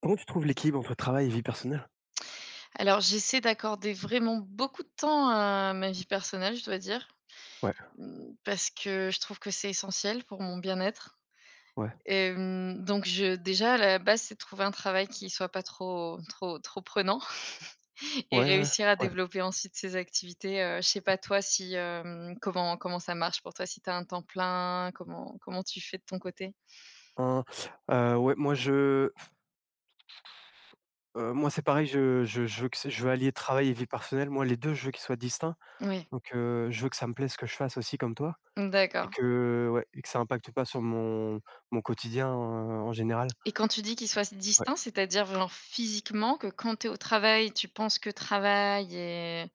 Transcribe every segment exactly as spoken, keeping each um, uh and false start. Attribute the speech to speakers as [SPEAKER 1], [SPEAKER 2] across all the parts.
[SPEAKER 1] Comment tu trouves l'équilibre entre travail et vie personnelle?
[SPEAKER 2] Alors, j'essaie d'accorder vraiment beaucoup de temps à ma vie personnelle, je dois dire,
[SPEAKER 1] Ouais,
[SPEAKER 2] mmh, parce que je trouve que c'est essentiel pour mon bien-être.
[SPEAKER 1] ouais,
[SPEAKER 2] Hem, donc je déjà, à la base, c'est de trouver un travail qui soit pas trop trop trop prenant et
[SPEAKER 1] ouais, ouais,
[SPEAKER 2] réussir à
[SPEAKER 1] ouais,
[SPEAKER 2] développer ensuite ces activités, heu, je sais pas toi si, hem, comment comment ça marche pour toi? Si tu as un temps plein, comment comment tu fais de ton côté?
[SPEAKER 1] hein, heu, ouais, moi je heu, moi c'est pareil, je je je veux que c'est je veux allier travail et vie personnelle. Moi les deux, je veux qu'ils soient distincts.
[SPEAKER 2] Oui,
[SPEAKER 1] Donc heu, je veux que ça me plaise ce que je fasse aussi comme toi et
[SPEAKER 2] d'accord,
[SPEAKER 1] que ouais et que ça impacte pas sur mon mon quotidien, heu, en général.
[SPEAKER 2] et quand tu dis qu'il soit
[SPEAKER 1] Ouais,
[SPEAKER 2] distinct, c'est-à-dire genre physiquement que quand tu es au travail, tu penses que travail et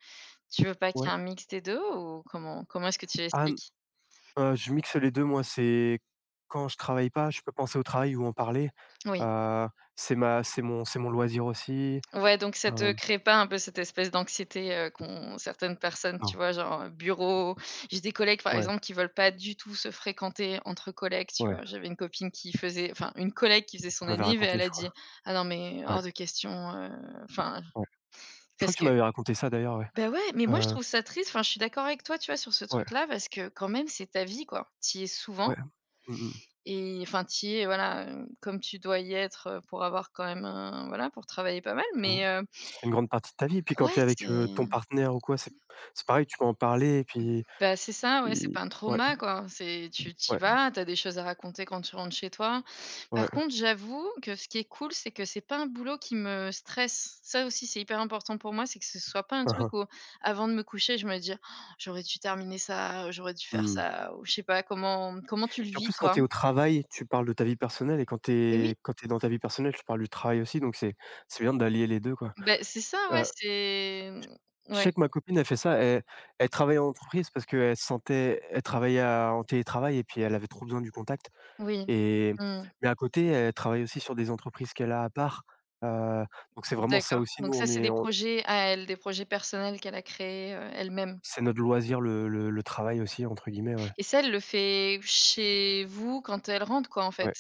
[SPEAKER 2] tu veux pas qu'il
[SPEAKER 1] ouais.
[SPEAKER 2] y ait un mix des deux, ou comment comment est-ce que tu
[SPEAKER 1] Ah n
[SPEAKER 2] l'expliques?
[SPEAKER 1] heu, je mixe les deux. Moi, c'est quand je travaille pas, je peux penser au travail ou en parler.
[SPEAKER 2] Oui.
[SPEAKER 1] Heu, c'est ma c'est mon c'est mon loisir aussi.
[SPEAKER 2] Ouais, donc ça te
[SPEAKER 1] Hem,
[SPEAKER 2] crée pas un peu cette espèce d'anxiété, heu, qu'ont certaines personnes,
[SPEAKER 1] non,
[SPEAKER 2] tu vois? Genre, heu, bureau, j'ai des collègues, par
[SPEAKER 1] ouais,
[SPEAKER 2] exemple, qui veulent pas du tout se fréquenter entre collègues, tu
[SPEAKER 1] ouais,
[SPEAKER 2] vois? J'avais une copine qui faisait, enfin, une collègue qui faisait
[SPEAKER 1] tu
[SPEAKER 2] son
[SPEAKER 1] m'avais
[SPEAKER 2] anniv et
[SPEAKER 1] raconté
[SPEAKER 2] elle
[SPEAKER 1] je
[SPEAKER 2] a
[SPEAKER 1] crois.
[SPEAKER 2] dit: «Ah non, mais
[SPEAKER 1] Ouais,
[SPEAKER 2] hors de question, heu», enfin,
[SPEAKER 1] ouais. Je crois
[SPEAKER 2] parce
[SPEAKER 1] que tu
[SPEAKER 2] que,
[SPEAKER 1] m'avais raconté ça d'ailleurs, ouais.
[SPEAKER 2] bah, ouais, mais moi je
[SPEAKER 1] Heu,
[SPEAKER 2] trouve ça triste, enfin, je suis d'accord avec toi, tu vois, sur ce
[SPEAKER 1] ouais,
[SPEAKER 2] truc-là parce que quand même c'est ta vie, quoi. Tu y es
[SPEAKER 1] ouais.
[SPEAKER 2] souvent.
[SPEAKER 1] Mmh mh.
[SPEAKER 2] Et enfin, tu y es, voilà, heu, comme tu dois y être, heu, pour avoir quand même un, voilà, pour travailler pas mal,
[SPEAKER 1] Mmh.
[SPEAKER 2] mais heu,
[SPEAKER 1] Ça fait une grande partie de ta vie et puis quand tu
[SPEAKER 2] ouais,
[SPEAKER 1] es avec,
[SPEAKER 2] c'est,
[SPEAKER 1] heu, ton partenaire ou quoi, c'est c'est pareil, tu peux en parler et puis
[SPEAKER 2] bah, c'est ça, ouais, c'est
[SPEAKER 1] puis
[SPEAKER 2] pas un
[SPEAKER 1] ouais,
[SPEAKER 2] trauma, quoi. C'est tu t'y
[SPEAKER 1] ouais,
[SPEAKER 2] vas, t'as des choses à raconter quand tu rentres chez toi.
[SPEAKER 1] ouais.
[SPEAKER 2] Par contre, j'avoue que ce qui est cool, c'est que c'est pas un boulot qui me stresse. Ça aussi, c'est hyper important pour moi, c'est que ce soit pas un
[SPEAKER 1] Hein, hein.
[SPEAKER 2] truc où, avant de me coucher, je me dis: Oh, «J'aurais dû terminer ça, j'aurais dû faire
[SPEAKER 1] Mmh.
[SPEAKER 2] ça» ou je sais pas. Comment comment tu le
[SPEAKER 1] Puis en
[SPEAKER 2] vis,
[SPEAKER 1] plus, quand
[SPEAKER 2] toi?
[SPEAKER 1] tu es au travail, tu parles de ta vie personnelle et quand tu
[SPEAKER 2] Et oui,
[SPEAKER 1] es quand tu es dans ta vie personnelle, tu parles du travail aussi donc c'est c'est bien d'allier les deux, quoi.
[SPEAKER 2] bah, c'est ça, ouais,
[SPEAKER 1] Heu,
[SPEAKER 2] c'est, mmh,
[SPEAKER 1] je sais
[SPEAKER 2] ouais.
[SPEAKER 1] que ma copine, elle fait ça, elle elle travaille en entreprise parce qu'elle se sentait elle travaillait à en télétravail et puis elle avait trop besoin du contact.
[SPEAKER 2] Oui.
[SPEAKER 1] Et
[SPEAKER 2] Mmh.
[SPEAKER 1] mais à côté, elle travaille aussi sur des entreprises qu'elle a à part, heu, donc c'est vraiment ça
[SPEAKER 2] D'accord.
[SPEAKER 1] aussi, nous
[SPEAKER 2] Donc ça,
[SPEAKER 1] on
[SPEAKER 2] c'est
[SPEAKER 1] est
[SPEAKER 2] des
[SPEAKER 1] on
[SPEAKER 2] projets à elle, des projets personnels qu'elle a créés, heu, elle-même,
[SPEAKER 1] c'est notre loisir le le le «travail» aussi entre guillemets, ouais.
[SPEAKER 2] et ça, elle le fait chez vous quand elle rentre quoi, en fait?
[SPEAKER 1] Ouais,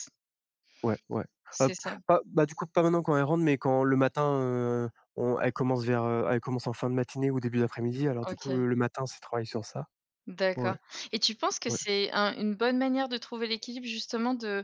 [SPEAKER 1] ouais, ouais. Hop,
[SPEAKER 2] C'est ça?
[SPEAKER 1] pas bah, du coup, pas maintenant quand elle rentre, mais quand le matin, heu, on elle commence vers, heu, elle commence en fin de matinée ou début d'après-midi, alors du coup,
[SPEAKER 2] OK,
[SPEAKER 1] le matin, c'est travail sur ça. Ouais,
[SPEAKER 2] d'accord, et tu penses que
[SPEAKER 1] ouais.
[SPEAKER 2] c'est un une bonne manière de trouver l'équilibre, justement, de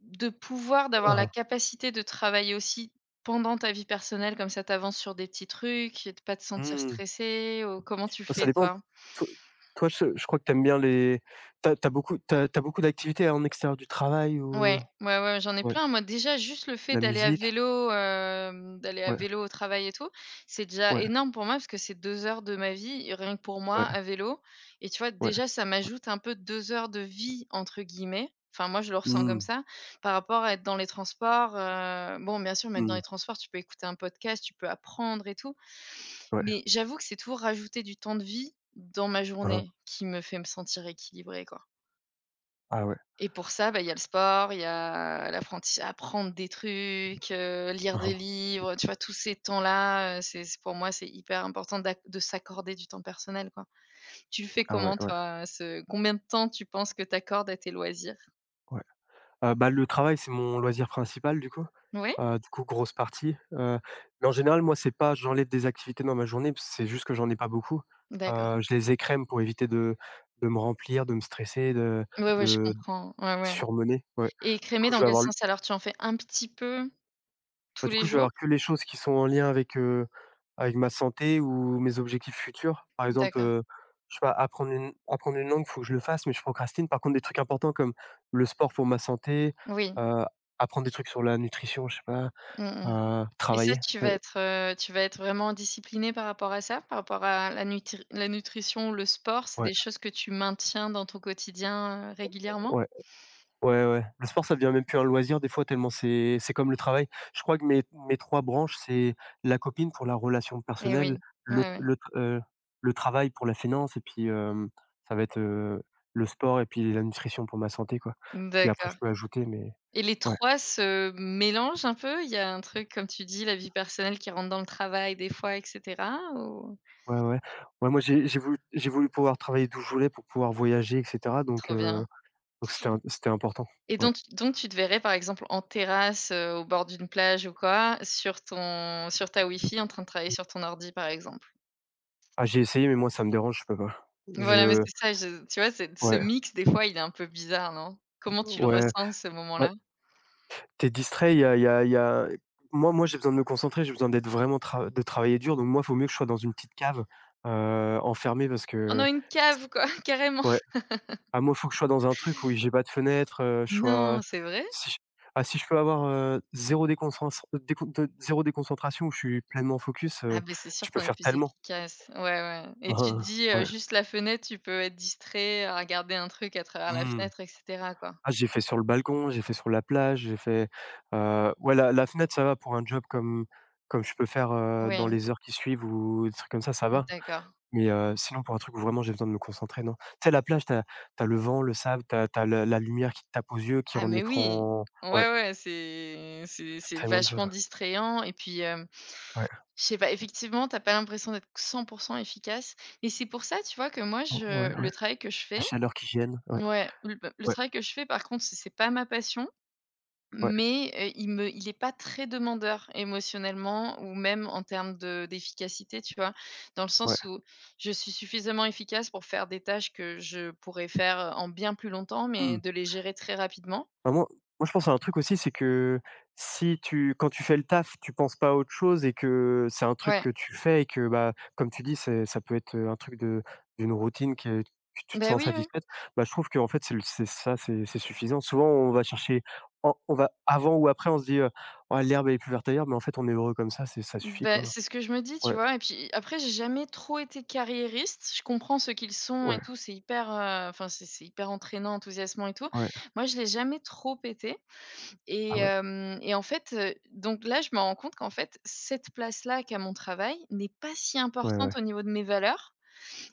[SPEAKER 2] de pouvoir, d'avoir la
[SPEAKER 1] Hein,
[SPEAKER 2] capacité de travailler aussi pendant ta vie personnelle, comme ça t'avances sur des petits trucs et de pas te sentir
[SPEAKER 1] hein. Mmh.
[SPEAKER 2] stressé. Ou comment tu
[SPEAKER 1] Ça
[SPEAKER 2] fais,
[SPEAKER 1] dépend.
[SPEAKER 2] toi?
[SPEAKER 1] Toi toi, je je crois que t'aimes bien les T'as as beaucoup t'as as beaucoup d'activités en extérieur du travail ou?
[SPEAKER 2] Ouais, ouais, ouais, j'en ai
[SPEAKER 1] Ouais,
[SPEAKER 2] plein. Moi, déjà, juste le fait
[SPEAKER 1] la
[SPEAKER 2] d'aller à
[SPEAKER 1] musique?
[SPEAKER 2] vélo, hem, d'aller à
[SPEAKER 1] Ouais,
[SPEAKER 2] vélo au travail et tout, c'est déjà
[SPEAKER 1] ouais.
[SPEAKER 2] énorme pour moi parce que c'est deux heures de ma vie, rien que pour moi,
[SPEAKER 1] Ouais,
[SPEAKER 2] à vélo, et tu vois,
[SPEAKER 1] ouais.
[SPEAKER 2] déjà, ça m'ajoute un peu deux heures de vie, entre guillemets. Enfin, moi, je le ressens comme
[SPEAKER 1] Mmh,
[SPEAKER 2] ça, par rapport à être dans les transports, heu, bon, bien sûr, mais dans
[SPEAKER 1] mmh.
[SPEAKER 2] les transports, tu peux écouter un podcast, tu peux apprendre et tout,
[SPEAKER 1] Ouais.
[SPEAKER 2] mais j'avoue que c'est toujours rajouter du temps de vie dans ma
[SPEAKER 1] Hein, hein.
[SPEAKER 2] journée qui me fait me sentir équilibrée, quoi.
[SPEAKER 1] Ah ouais.
[SPEAKER 2] Et pour ça, bah, il y a le sport, il y a l'apprentissage, apprendre des trucs, heu,
[SPEAKER 1] Hein,
[SPEAKER 2] lire
[SPEAKER 1] hein.
[SPEAKER 2] des livres, tu vois? Tous ces temps-là, heu, c'est c'est pour moi, c'est hyper important d'ac de s'accorder du temps personnel, quoi. Tu le fais
[SPEAKER 1] Ah ouais,
[SPEAKER 2] comment,
[SPEAKER 1] ouais,
[SPEAKER 2] toi, ce combien de temps tu penses que tu accordes à tes loisirs?
[SPEAKER 1] ouais. Heu, bah, le travail, c'est mon loisir principal du coup.
[SPEAKER 2] Oui,
[SPEAKER 1] Heu, du coup, grosse partie, heu, mais en général, moi, c'est pas j'enlève des activités dans ma journée, parce c'est juste que j'en ai pas beaucoup.
[SPEAKER 2] d'accord.
[SPEAKER 1] Heu, je les écrème pour éviter de de me remplir, de me stresser, de
[SPEAKER 2] Oui, oui, je
[SPEAKER 1] de
[SPEAKER 2] comprends. Ouais, ouais.
[SPEAKER 1] surmener, ouais.
[SPEAKER 2] Et
[SPEAKER 1] Du
[SPEAKER 2] écrémé
[SPEAKER 1] coup, je
[SPEAKER 2] dans
[SPEAKER 1] vais
[SPEAKER 2] quel
[SPEAKER 1] avoir l
[SPEAKER 2] sens, alors? Tu en fais un petit peu
[SPEAKER 1] bah,
[SPEAKER 2] tous
[SPEAKER 1] du
[SPEAKER 2] les
[SPEAKER 1] coup, je vais
[SPEAKER 2] jours?
[SPEAKER 1] avoir que les choses qui sont en lien avec, heu, avec ma santé ou mes objectifs futurs. Par exemple,
[SPEAKER 2] D'accord.
[SPEAKER 1] heu, je sais pas, apprendre une apprendre une langue, il faut que je le fasse, mais je procrastine. Par contre, des trucs importants comme le sport pour ma santé,
[SPEAKER 2] Oui.
[SPEAKER 1] heu, apprendre des trucs sur la nutrition, je sais pas,
[SPEAKER 2] Mmh mh.
[SPEAKER 1] heu,
[SPEAKER 2] Et ça,
[SPEAKER 1] travailler,
[SPEAKER 2] tu vas
[SPEAKER 1] c'est
[SPEAKER 2] être, heu, tu vas être vraiment discipliné par rapport à ça? Par rapport à la nutri la nutrition, le sport, c'est
[SPEAKER 1] ouais,
[SPEAKER 2] des choses que tu maintiens dans ton quotidien, heu, régulièrement?
[SPEAKER 1] ouais. Ouais, ouais. Le sport, ça devient même plus un loisir des fois tellement c'est c'est comme le travail. Je crois que mes mes trois branches, c'est la copine pour la relation
[SPEAKER 2] Et oui,
[SPEAKER 1] personnelle,
[SPEAKER 2] ouais,
[SPEAKER 1] le
[SPEAKER 2] ouais.
[SPEAKER 1] le t heu, le travail pour la finance et puis, hem, ça va être, heu, le sport et puis la nutrition pour ma santé, quoi. Puis après
[SPEAKER 2] D'accord.
[SPEAKER 1] je peux ajouter mais
[SPEAKER 2] Et les
[SPEAKER 1] ouais,
[SPEAKER 2] trois se mélangent un peu? Il y a un truc, comme tu dis, la vie personnelle qui rentre dans le travail des fois, et cetera, ou?
[SPEAKER 1] ouais, ouais. Ouais, moi j'ai j'ai voulu j'ai voulu pouvoir travailler d'où je voulais pour pouvoir voyager et cetera donc,
[SPEAKER 2] Trop
[SPEAKER 1] heu,
[SPEAKER 2] bien.
[SPEAKER 1] donc c'était im c'était important.
[SPEAKER 2] Et
[SPEAKER 1] Ouais.
[SPEAKER 2] donc donc tu te verrais, par exemple, en terrasse, heu, au bord d'une plage ou quoi, sur ton sur ta Wi-Fi, en train de travailler
[SPEAKER 1] Mmh.
[SPEAKER 2] sur ton ordi, par exemple?
[SPEAKER 1] Ah, j'ai essayé mais moi ça me dérange, je peux pas.
[SPEAKER 2] Voilà, mais
[SPEAKER 1] Je
[SPEAKER 2] c'est ça, je, tu vois, c'est ce
[SPEAKER 1] ouais,
[SPEAKER 2] mix, des fois, il est un peu bizarre, non? Comment tu le
[SPEAKER 1] ouais.
[SPEAKER 2] ressens, ce
[SPEAKER 1] Bah
[SPEAKER 2] moment-là?
[SPEAKER 1] T'es distrait, il y a il y a il y a moi moi, j'ai besoin de me concentrer, j'ai besoin d'être vraiment tra de travailler dur, donc moi, il faut mieux que je sois dans une petite cave, heu, enfermée parce
[SPEAKER 2] «On
[SPEAKER 1] que
[SPEAKER 2] a une cave, quoi!» Carrément.
[SPEAKER 1] ouais. Ah moi, il faut que je sois dans un truc où j'ai pas de fenêtre, heu, je sois
[SPEAKER 2] Non, c'est vrai?
[SPEAKER 1] si j ah si je peux avoir, heu, zéro déconcentra décon de zéro déconcentration où je suis pleinement focus,
[SPEAKER 2] Ah
[SPEAKER 1] heu,
[SPEAKER 2] ben, c'est
[SPEAKER 1] je
[SPEAKER 2] sûr
[SPEAKER 1] peux
[SPEAKER 2] qu'on est
[SPEAKER 1] faire
[SPEAKER 2] plus
[SPEAKER 1] tellement.
[SPEAKER 2] efficace. Ouais, ouais, et tu te dis, heu,
[SPEAKER 1] Ouais.
[SPEAKER 2] juste la fenêtre, tu peux être distrait, à regarder un truc à travers la
[SPEAKER 1] Mmh.
[SPEAKER 2] fenêtre, et cetera, quoi?
[SPEAKER 1] Ah, j'ai fait sur le balcon, j'ai fait sur la plage, j'ai fait, heu, ouais, la la fenêtre, ça va pour un job comme comme je peux faire, heu, dans
[SPEAKER 2] Oui,
[SPEAKER 1] les heures qui suivent ou des trucs comme ça, ça va.
[SPEAKER 2] d'accord.
[SPEAKER 1] Mais, heu, sinon pour un truc où vraiment j'ai besoin de me concentrer, non. Tu sais, la plage, t'as as le vent, le sable, t'as as la la lumière qui te tape aux yeux, qui
[SPEAKER 2] Ah
[SPEAKER 1] rend
[SPEAKER 2] mais oui.
[SPEAKER 1] l'écran
[SPEAKER 2] Ouais,
[SPEAKER 1] ouais,
[SPEAKER 2] ouais, c'est c'est
[SPEAKER 1] c'est
[SPEAKER 2] c'est
[SPEAKER 1] tellement de choses.
[SPEAKER 2] vachement distrayant, et puis, hem,
[SPEAKER 1] Ouais,
[SPEAKER 2] je sais pas, effectivement, t'as pas l'impression d'être cent efficace, et c'est pour ça, tu vois, que moi
[SPEAKER 1] ouais,
[SPEAKER 2] je
[SPEAKER 1] ouais, ouais.
[SPEAKER 2] le travail que je
[SPEAKER 1] La
[SPEAKER 2] fais,
[SPEAKER 1] chaleur qui gêne, ouais,
[SPEAKER 2] ouais, le, bah, le
[SPEAKER 1] ouais,
[SPEAKER 2] travail que je fais, par contre, c'est c'est pas ma passion,
[SPEAKER 1] ouais,
[SPEAKER 2] mais, heu, il me il est pas très demandeur émotionnellement ou même en termes de d'efficacité, tu vois? Dans le
[SPEAKER 1] ouais.
[SPEAKER 2] sens où je suis suffisamment efficace pour faire des tâches que je pourrais faire en bien plus longtemps, mais
[SPEAKER 1] Mmh.
[SPEAKER 2] de les gérer très rapidement.
[SPEAKER 1] Bah, moi moi je pense à un truc aussi, c'est que si tu quand tu fais le taf, tu penses pas à autre chose et que c'est un truc que
[SPEAKER 2] Ouais.
[SPEAKER 1] tu fais et que, bah, comme tu dis, c'est ça peut être, un truc de d'une routine que que tu te
[SPEAKER 2] Bah,
[SPEAKER 1] sens
[SPEAKER 2] oui, oui.
[SPEAKER 1] satisfaite, bah, je trouve que en fait c'est le c'est ça, c'est c'est suffisant. Souvent on va chercher en on va avant ou après on se dit, heu: «Oh l'herbe elle est plus verte ailleurs», mais en fait on est heureux comme ça, c'est ça suffit
[SPEAKER 2] Bah,
[SPEAKER 1] quoi.
[SPEAKER 2] c'est ce que je me dis, tu
[SPEAKER 1] Ouais,
[SPEAKER 2] vois? Et puis après, j'ai jamais trop été carriériste. Je comprends ce qu'ils sont
[SPEAKER 1] ouais,
[SPEAKER 2] et tout, c'est hyper, heu, enfin, c'est c'est hyper entraînant, enthousiasmant et tout.
[SPEAKER 1] ouais,
[SPEAKER 2] Moi, je l'ai jamais trop été,
[SPEAKER 1] ah
[SPEAKER 2] et
[SPEAKER 1] ouais,
[SPEAKER 2] hem et en fait, heu, donc là, je me rends compte qu'en fait, cette place-là qu'a mon travail n'est pas si
[SPEAKER 1] ouais, ouais.
[SPEAKER 2] importante au niveau de mes valeurs,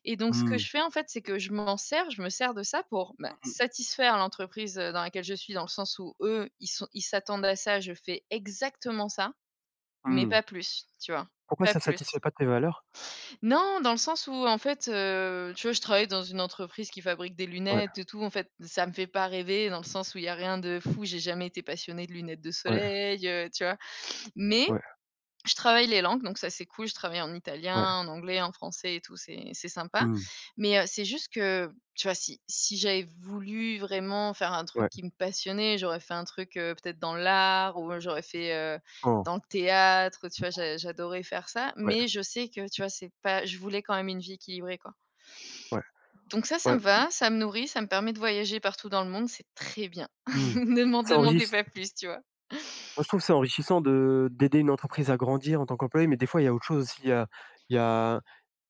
[SPEAKER 2] et donc ce que
[SPEAKER 1] Mmh.
[SPEAKER 2] je fais, en fait, c'est que je m'en sers, je me sers de ça pour, bah,
[SPEAKER 1] Mmh mh.
[SPEAKER 2] satisfaire l'entreprise, heu, dans laquelle je suis, dans le sens où eux, ils sont ils s'attendent à ça, je fais exactement ça. Mais
[SPEAKER 1] Mmh.
[SPEAKER 2] pas plus, tu vois?
[SPEAKER 1] Pourquoi
[SPEAKER 2] Pas
[SPEAKER 1] ça
[SPEAKER 2] plus.
[SPEAKER 1] satisfait pas tes valeurs?
[SPEAKER 2] Non, dans le sens où en fait, heu, tu vois, je travaille dans une entreprise qui fabrique des
[SPEAKER 1] Ouais,
[SPEAKER 2] lunettes et tout. En fait, ça me fait pas rêver dans le sens où il y a rien de fou. J'ai jamais été passionnée de lunettes de
[SPEAKER 1] ouais,
[SPEAKER 2] soleil, heu, tu vois? Mais
[SPEAKER 1] ouais,
[SPEAKER 2] je travaille les langues, donc ça, c'est cool. Je travaille en
[SPEAKER 1] ouais.
[SPEAKER 2] italien, en anglais, en français et tout, c'est c'est sympa.
[SPEAKER 1] Mmh.
[SPEAKER 2] Mais, heu, c'est juste que, tu vois, si si j'avais voulu vraiment faire un truc
[SPEAKER 1] Ouais.
[SPEAKER 2] qui me passionnait, j'aurais fait un truc, heu, peut-être dans l'art, ou j'aurais fait, heu,
[SPEAKER 1] Oh,
[SPEAKER 2] dans le théâtre, tu vois? J'a j'adorais faire ça,
[SPEAKER 1] ouais.
[SPEAKER 2] mais je sais que, tu vois, c'est pas, je voulais quand même une vie équilibrée, quoi.
[SPEAKER 1] Ouais,
[SPEAKER 2] Donc ça, ça
[SPEAKER 1] ouais,
[SPEAKER 2] me va, ça me nourrit, ça me permet de voyager partout dans le monde, c'est très bien.
[SPEAKER 1] mmh.
[SPEAKER 2] Ne m'en
[SPEAKER 1] C'est
[SPEAKER 2] demandez
[SPEAKER 1] enrichis
[SPEAKER 2] pas plus, tu vois?
[SPEAKER 1] moi je trouve c'est enrichissant de d'aider une entreprise à grandir en tant qu'employé, mais des fois il y a autre chose aussi. Il y a il y a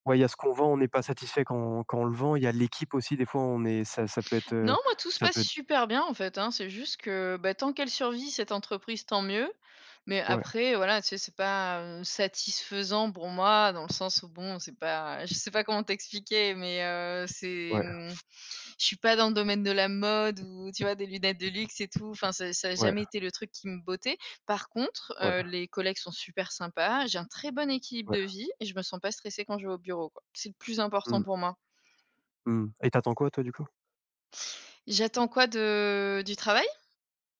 [SPEAKER 1] ouais, il y a ce qu'on vend, on n'est pas satisfait quand quand on le vend. Il y a l'équipe aussi, des fois on est ça ça peut être, heu,
[SPEAKER 2] Non, moi, tout se
[SPEAKER 1] ça
[SPEAKER 2] passe
[SPEAKER 1] peut être
[SPEAKER 2] super bien, en fait, hein. C'est juste que, bah, tant qu'elle survit, cette entreprise, tant mieux. Mais
[SPEAKER 1] ouais,
[SPEAKER 2] après, voilà, tu sais, c'est pas, heu, satisfaisant pour moi dans le sens où, bon, c'est pas, je sais pas comment t'expliquer, mais heu, c'est,
[SPEAKER 1] ouais,
[SPEAKER 2] mmh, je suis pas dans le domaine de la mode ou, tu vois, des lunettes de luxe et tout. Enfin, ça ça a
[SPEAKER 1] ouais,
[SPEAKER 2] jamais été le truc qui me bottait. Par contre,
[SPEAKER 1] ouais,
[SPEAKER 2] heu, les collègues sont super sympas. J'ai un très bon équilibre
[SPEAKER 1] ouais.
[SPEAKER 2] de vie et je me sens pas stressée quand je vais au bureau, quoi. C'est le plus important
[SPEAKER 1] Mmh,
[SPEAKER 2] pour moi.
[SPEAKER 1] mmh et tu attends quoi toi du coup?
[SPEAKER 2] J'attends quoi de du travail?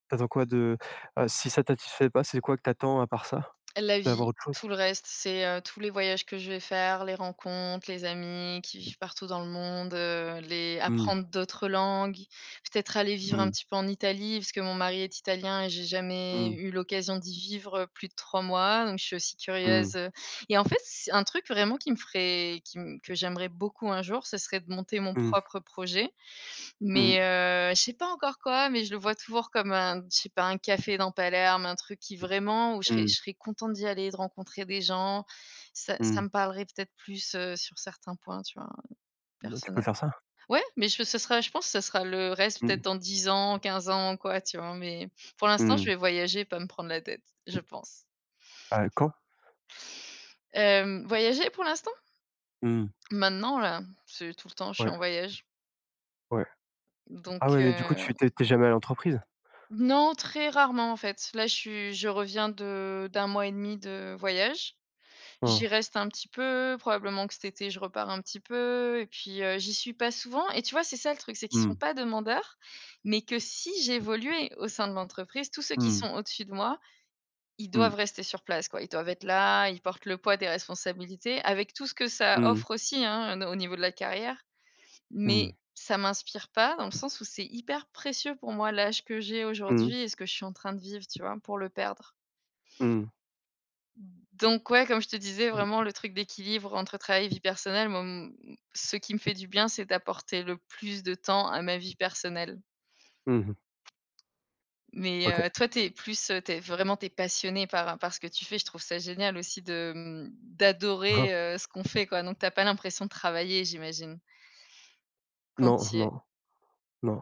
[SPEAKER 1] Tu attends quoi de heu, si ça t'atisfait pas, c'est quoi que tu attends à part ça?
[SPEAKER 2] La
[SPEAKER 1] D'avoir
[SPEAKER 2] vie,
[SPEAKER 1] autre chose?
[SPEAKER 2] tout le reste, c'est, heu, tous les voyages que je vais faire, les rencontres, les amis qui vivent partout dans le monde, heu, les
[SPEAKER 1] Mmh,
[SPEAKER 2] apprendre d'autres langues, peut-être aller vivre un
[SPEAKER 1] mmh,
[SPEAKER 2] petit peu en Italie, parce que mon mari est italien et j'ai jamais
[SPEAKER 1] mmh,
[SPEAKER 2] eu l'occasion d'y vivre plus de trois mois, donc je suis aussi
[SPEAKER 1] mmh,
[SPEAKER 2] curieuse, heu, et en fait, c'est un truc vraiment qui me ferait qui m que j'aimerais beaucoup, un jour, ce serait de monter mon
[SPEAKER 1] mmh,
[SPEAKER 2] propre projet,
[SPEAKER 1] mmh,
[SPEAKER 2] mais heu, je sais pas encore quoi, mais je le vois toujours comme un, je sais pas, un café dans Palerme, un truc qui vraiment où je serais
[SPEAKER 1] mmh,
[SPEAKER 2] je serais contente d'y aller, de rencontrer des gens. Ça ça
[SPEAKER 1] mmh.
[SPEAKER 2] me parlerait peut-être plus, heu, sur certains points, tu vois,
[SPEAKER 1] Bah, tu peux
[SPEAKER 2] personnels.
[SPEAKER 1] faire ça?
[SPEAKER 2] Ouais, mais je ce sera je pense que ce sera le reste,
[SPEAKER 1] Mmh,
[SPEAKER 2] peut-être dans dix ans, quinze ans, quoi, tu vois? Mais pour l'instant,
[SPEAKER 1] mmh.
[SPEAKER 2] je vais voyager, pas me prendre la tête, je pense.
[SPEAKER 1] Heu, quand?
[SPEAKER 2] Hem, voyager pour l'instant?
[SPEAKER 1] Mmh,
[SPEAKER 2] Maintenant, là, c'est tout le temps, je suis
[SPEAKER 1] ouais,
[SPEAKER 2] en voyage.
[SPEAKER 1] ouais. Ah
[SPEAKER 2] Donc
[SPEAKER 1] ouais, mais du coup,
[SPEAKER 2] heu
[SPEAKER 1] tu t'es es jamais allée en entreprise?
[SPEAKER 2] non, très rarement en fait. Là, je suis, je reviens de d'un mois et demi de voyage.
[SPEAKER 1] Mmh.
[SPEAKER 2] J'y reste un petit peu, probablement que cet été, je repars un petit peu et puis, heu, j'y suis pas souvent et tu vois, c'est ça le truc, c'est qu'ils sont
[SPEAKER 1] Mmh.
[SPEAKER 2] pas demandeurs, mais que si j'évoluais au sein de l'entreprise, tous ceux qui
[SPEAKER 1] Mmh.
[SPEAKER 2] sont au-dessus de moi, ils
[SPEAKER 1] Mmh.
[SPEAKER 2] doivent rester sur place quoi. Ils doivent être là, ils portent le poids des responsabilités avec tout ce que ça
[SPEAKER 1] Mmh.
[SPEAKER 2] offre aussi, hein, au niveau de la carrière. Mais
[SPEAKER 1] Mmh.
[SPEAKER 2] ça m'inspire pas dans le sens où c'est hyper précieux pour moi l'âge que j'ai aujourd'hui
[SPEAKER 1] Mmh.
[SPEAKER 2] et ce que je suis en train de vivre, tu vois? Pour le perdre.
[SPEAKER 1] Mmh.
[SPEAKER 2] Donc ouais, comme je te disais, vraiment
[SPEAKER 1] Mmh.
[SPEAKER 2] le truc d'équilibre entre travail et vie personnelle, moi, m ce qui me fait du bien, c'est d'apporter le plus de temps à ma vie personnelle.
[SPEAKER 1] Mmh
[SPEAKER 2] Mais
[SPEAKER 1] OK.
[SPEAKER 2] heu, toi, t'es plus, heu, tu vraiment t'es passionné par par ce que tu fais. Je trouve ça génial aussi de, mmh,
[SPEAKER 1] Hein.
[SPEAKER 2] d'adorer, heu, ce qu'on fait, quoi. Donc t'as pas l'impression de travailler, j'imagine, quand
[SPEAKER 1] Non,
[SPEAKER 2] tu y es.
[SPEAKER 1] non, non.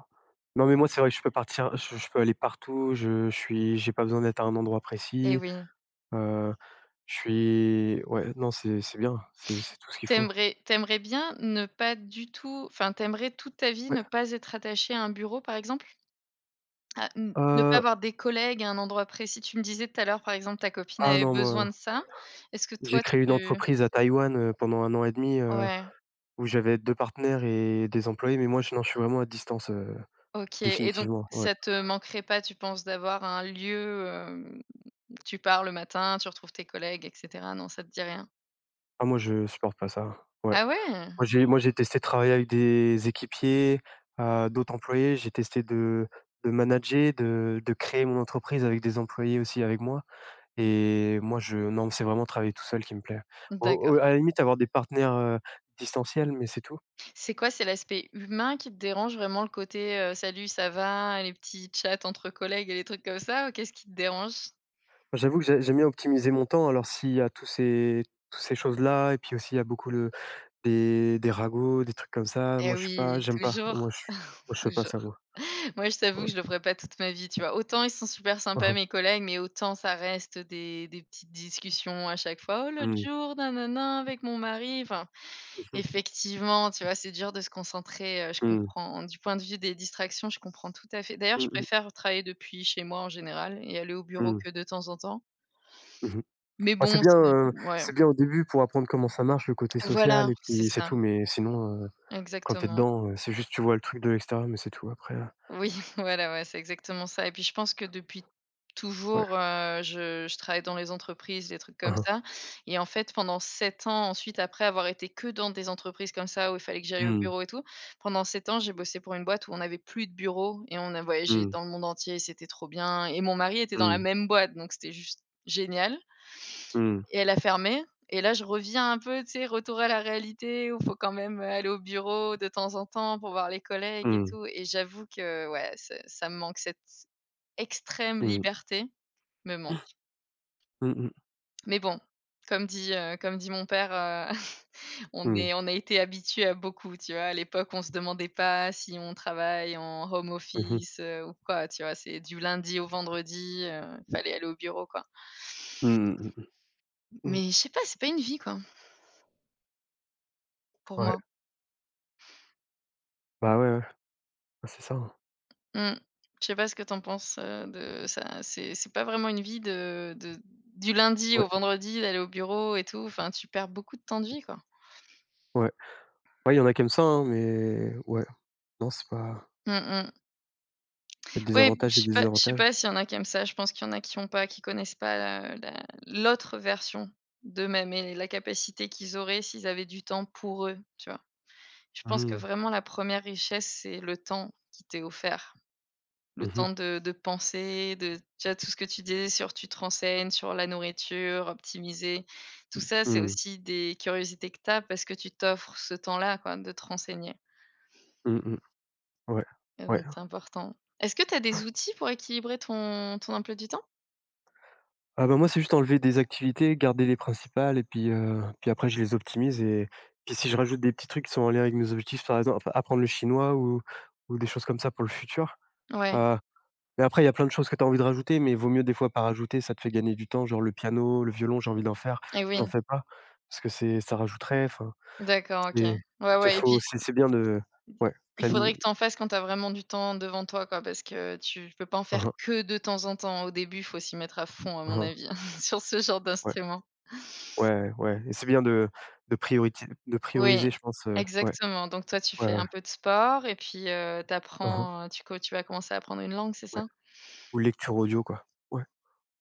[SPEAKER 1] Non, mais moi, c'est vrai que je peux partir je je peux aller partout, je je suis j'ai pas besoin d'être à un endroit
[SPEAKER 2] Et
[SPEAKER 1] précis,
[SPEAKER 2] oui.
[SPEAKER 1] heu, je suis ouais, non, c'est c'est bien, c'est c'est tout ce qu'il faut.
[SPEAKER 2] T'aimerais, t'aimerais bien ne pas du tout enfin, t'aimerais toute ta vie
[SPEAKER 1] Ouais.
[SPEAKER 2] ne pas être attaché à un bureau, par exemple? À n ne pas
[SPEAKER 1] Heu,
[SPEAKER 2] avoir des collègues à un endroit précis? Tu me disais tout à l'heure, par exemple, ta copine
[SPEAKER 1] ah
[SPEAKER 2] avait
[SPEAKER 1] non,
[SPEAKER 2] besoin
[SPEAKER 1] moi,
[SPEAKER 2] de ça. Est-ce que
[SPEAKER 1] j'ai
[SPEAKER 2] toi, tu
[SPEAKER 1] créé une entreprise à Taïwan, heu, pendant un an et demi heu,
[SPEAKER 2] ouais,
[SPEAKER 1] où j'avais deux partenaires et des employés, mais moi, je non, je suis vraiment à distance, heu,
[SPEAKER 2] OK, et donc
[SPEAKER 1] définitivement, ouais.
[SPEAKER 2] ça te manquerait pas, tu penses, d'avoir un lieu, hem, tu pars le matin, tu retrouves tes collègues et cetera? Non, ça te dit rien?
[SPEAKER 1] Ah moi je supporte pas ça, ouais.
[SPEAKER 2] Ah ouais?
[SPEAKER 1] Moi j'ai moi j'ai testé de travailler avec des équipiers, heu, d'autres employés, j'ai testé de de manager, de de créer mon entreprise avec des employés aussi avec moi et moi je non, c'est vraiment travailler tout seul qui me plaît. Au au
[SPEAKER 2] D'accord.
[SPEAKER 1] à la limite avoir des partenaires, heu, distanciels, mais c'est tout.
[SPEAKER 2] C'est quoi? C'est l'aspect humain qui te dérange? Vraiment le côté, heu, «Salut, ça va?», les petits chats entre collègues et les trucs comme ça, ou qu'est-ce qui te dérange?
[SPEAKER 1] J'avoue que j'ai j'aime bien optimiser mon temps, alors s'il y a tous ces toutes ces choses-là et puis aussi il y a beaucoup le des des ragots, des trucs comme ça, moi
[SPEAKER 2] Eh
[SPEAKER 1] je suis pas
[SPEAKER 2] oui,
[SPEAKER 1] j'aime pas.
[SPEAKER 2] toujours,
[SPEAKER 1] Moi je moi je fais pas
[SPEAKER 2] toujours.
[SPEAKER 1] ça moi.
[SPEAKER 2] Moi, je t'avoue
[SPEAKER 1] Ouais.
[SPEAKER 2] que je le ferai pas toute ma vie, tu vois? Autant ils sont super sympas mes collègues, mais autant ça reste des des petites discussions à chaque fois. «Oh l'autre
[SPEAKER 1] Mmh mh.
[SPEAKER 2] jour, nanana, avec mon mari», enfin, effectivement, tu vois? C'est dur de se concentrer, heu, je
[SPEAKER 1] Mmh.
[SPEAKER 2] comprends. Du point de vue des distractions, je comprends tout à fait. D'ailleurs, je
[SPEAKER 1] Mmh
[SPEAKER 2] préfère travailler depuis chez moi en général et aller au bureau
[SPEAKER 1] Mmh.
[SPEAKER 2] que de temps en temps.
[SPEAKER 1] Mmh mh.
[SPEAKER 2] Mais
[SPEAKER 1] Bah, c'est
[SPEAKER 2] bon,
[SPEAKER 1] bien,
[SPEAKER 2] c'est
[SPEAKER 1] heu,
[SPEAKER 2] ouais,
[SPEAKER 1] c'est bien au début pour apprendre comment ça marche, le côté
[SPEAKER 2] voilà,
[SPEAKER 1] social et
[SPEAKER 2] c'est
[SPEAKER 1] puis c'est
[SPEAKER 2] ça,
[SPEAKER 1] tout, mais sinon, heu, quand tu es
[SPEAKER 2] exactement.
[SPEAKER 1] dedans, heu, c'est juste tu vois le truc de l'extérieur, mais c'est tout après, heu,
[SPEAKER 2] Oui, voilà, ouais, c'est exactement ça et puis je pense que depuis toujours,
[SPEAKER 1] ouais.
[SPEAKER 2] heu, je je travaille dans les entreprises, des trucs
[SPEAKER 1] Hein
[SPEAKER 2] comme
[SPEAKER 1] hein.
[SPEAKER 2] ça et en fait, pendant sept ans ensuite, après avoir été que dans des entreprises comme ça, où il fallait que j'aille au
[SPEAKER 1] Mmh.
[SPEAKER 2] bureau et tout, pendant sept ans, j'ai bossé pour une boîte où on n'avait plus de bureau et on a voyagé
[SPEAKER 1] Mmh.
[SPEAKER 2] dans le monde entier, c'était trop bien, et mon mari était dans la
[SPEAKER 1] Mmh.
[SPEAKER 2] même boîte, donc c'était juste génial.
[SPEAKER 1] Mmh.
[SPEAKER 2] Et elle a fermé et là je reviens un peu, tu sais, retour à la réalité où il faut quand même, euh, aller au bureau de temps en temps pour voir les collègues et
[SPEAKER 1] Mmh.
[SPEAKER 2] tout, et j'avoue que, ouais, c'est ça me manque, cette extrême
[SPEAKER 1] Mmh.
[SPEAKER 2] liberté me manque.
[SPEAKER 1] Mmh.
[SPEAKER 2] Mais bon, comme dit, heu, comme dit mon père, heu, on
[SPEAKER 1] Mmh.
[SPEAKER 2] est on a été habitué à beaucoup, tu vois? À l'époque, on se demandait pas si on travaille en home
[SPEAKER 1] Mmh mh.
[SPEAKER 2] office, heu, ou quoi, tu vois? C'est du lundi au vendredi, heu, fallait aller au bureau, quoi.
[SPEAKER 1] Mmh mh. Mmh mh. Mmh.
[SPEAKER 2] Mais je sais pas, c'est pas une vie, quoi, pour
[SPEAKER 1] Ouais.
[SPEAKER 2] moi.
[SPEAKER 1] Bah, ouais, ouais. Bah, c'est ça, hein.
[SPEAKER 2] Mmh. Je sais pas ce que t'en penses, heu, de ça? C'est c'est pas vraiment une vie de de du lundi
[SPEAKER 1] Ouais,
[SPEAKER 2] au vendredi, d'aller au bureau et tout, enfin, tu perds beaucoup de temps de vie, quoi.
[SPEAKER 1] ouais. Ouais, il y en a qui aiment ça, hein, mais ouais, non, c'est pas
[SPEAKER 2] Mmh mh.
[SPEAKER 1] il y a des
[SPEAKER 2] Oui,
[SPEAKER 1] avantages
[SPEAKER 2] je
[SPEAKER 1] et
[SPEAKER 2] sais
[SPEAKER 1] des
[SPEAKER 2] pas je sais
[SPEAKER 1] désavantages.
[SPEAKER 2] pas s'il y en a qui aiment ça, je pense qu'il y en a qui ont pas qui connaissent pas la la l'autre version d'eux-mêmes et la capacité qu'ils auraient s'ils avaient du temps pour eux, tu vois? Je pense que
[SPEAKER 1] Mmh.
[SPEAKER 2] vraiment la première richesse, c'est le temps qui t'est offert. Le
[SPEAKER 1] Mmh mh.
[SPEAKER 2] temps de de penser, de tu vois, tout ce que tu disais sur tu te renseignes sur la nourriture, optimiser, tout Mmh. ça, c'est
[SPEAKER 1] Mmh.
[SPEAKER 2] aussi des curiosités que tu as parce que tu t'offres ce temps-là quoi, de te renseigner
[SPEAKER 1] Mmh mh. Ouais.
[SPEAKER 2] et
[SPEAKER 1] Ouais.
[SPEAKER 2] donc c'est important. Est-ce que tu as des outils pour équilibrer ton ton emploi du temps?
[SPEAKER 1] Ah bah, moi, c'est juste enlever des activités, garder les principales et puis, heu, puis après je les optimise et puis si je rajoute des petits trucs qui sont en lien avec mes objectifs, par exemple, enfin, apprendre le chinois ou ou des choses comme ça pour le futur.
[SPEAKER 2] Ouais
[SPEAKER 1] Heu, mais après il y a plein de choses que tu as envie de rajouter, mais vaut mieux des fois pas rajouter, ça te fait gagner du temps, genre le piano, le violon, j'ai envie d'en faire,
[SPEAKER 2] et oui,
[SPEAKER 1] j'en fais pas parce que c'est ça rajouterait, enfin,
[SPEAKER 2] d'accord, OK.
[SPEAKER 1] c'est
[SPEAKER 2] Ouais,
[SPEAKER 1] c'est
[SPEAKER 2] ouais et
[SPEAKER 1] faut
[SPEAKER 2] puis
[SPEAKER 1] c'est c'est bien de ouais,
[SPEAKER 2] il
[SPEAKER 1] plani
[SPEAKER 2] faudrait que tu en fasses quand tu as vraiment du temps devant toi quoi, parce que tu peux pas en faire
[SPEAKER 1] Mmh
[SPEAKER 2] que de temps en temps. Au début, il faut s'y mettre à fond à mon
[SPEAKER 1] Mmh
[SPEAKER 2] avis sur ce genre
[SPEAKER 1] Ouais,
[SPEAKER 2] d'instrument.
[SPEAKER 1] ouais, ouais et c'est bien de de prioriti de
[SPEAKER 2] Oui,
[SPEAKER 1] prioriser, je pense, heu, ouais,
[SPEAKER 2] exactement. Donc toi, tu fais
[SPEAKER 1] ouais, ouais.
[SPEAKER 2] un peu de sport et puis, heu, tu
[SPEAKER 1] Mmh
[SPEAKER 2] tu co tu vas commencer à apprendre une langue, c'est
[SPEAKER 1] Ouais.
[SPEAKER 2] ça?
[SPEAKER 1] Ou lecture audio quoi. Ouais.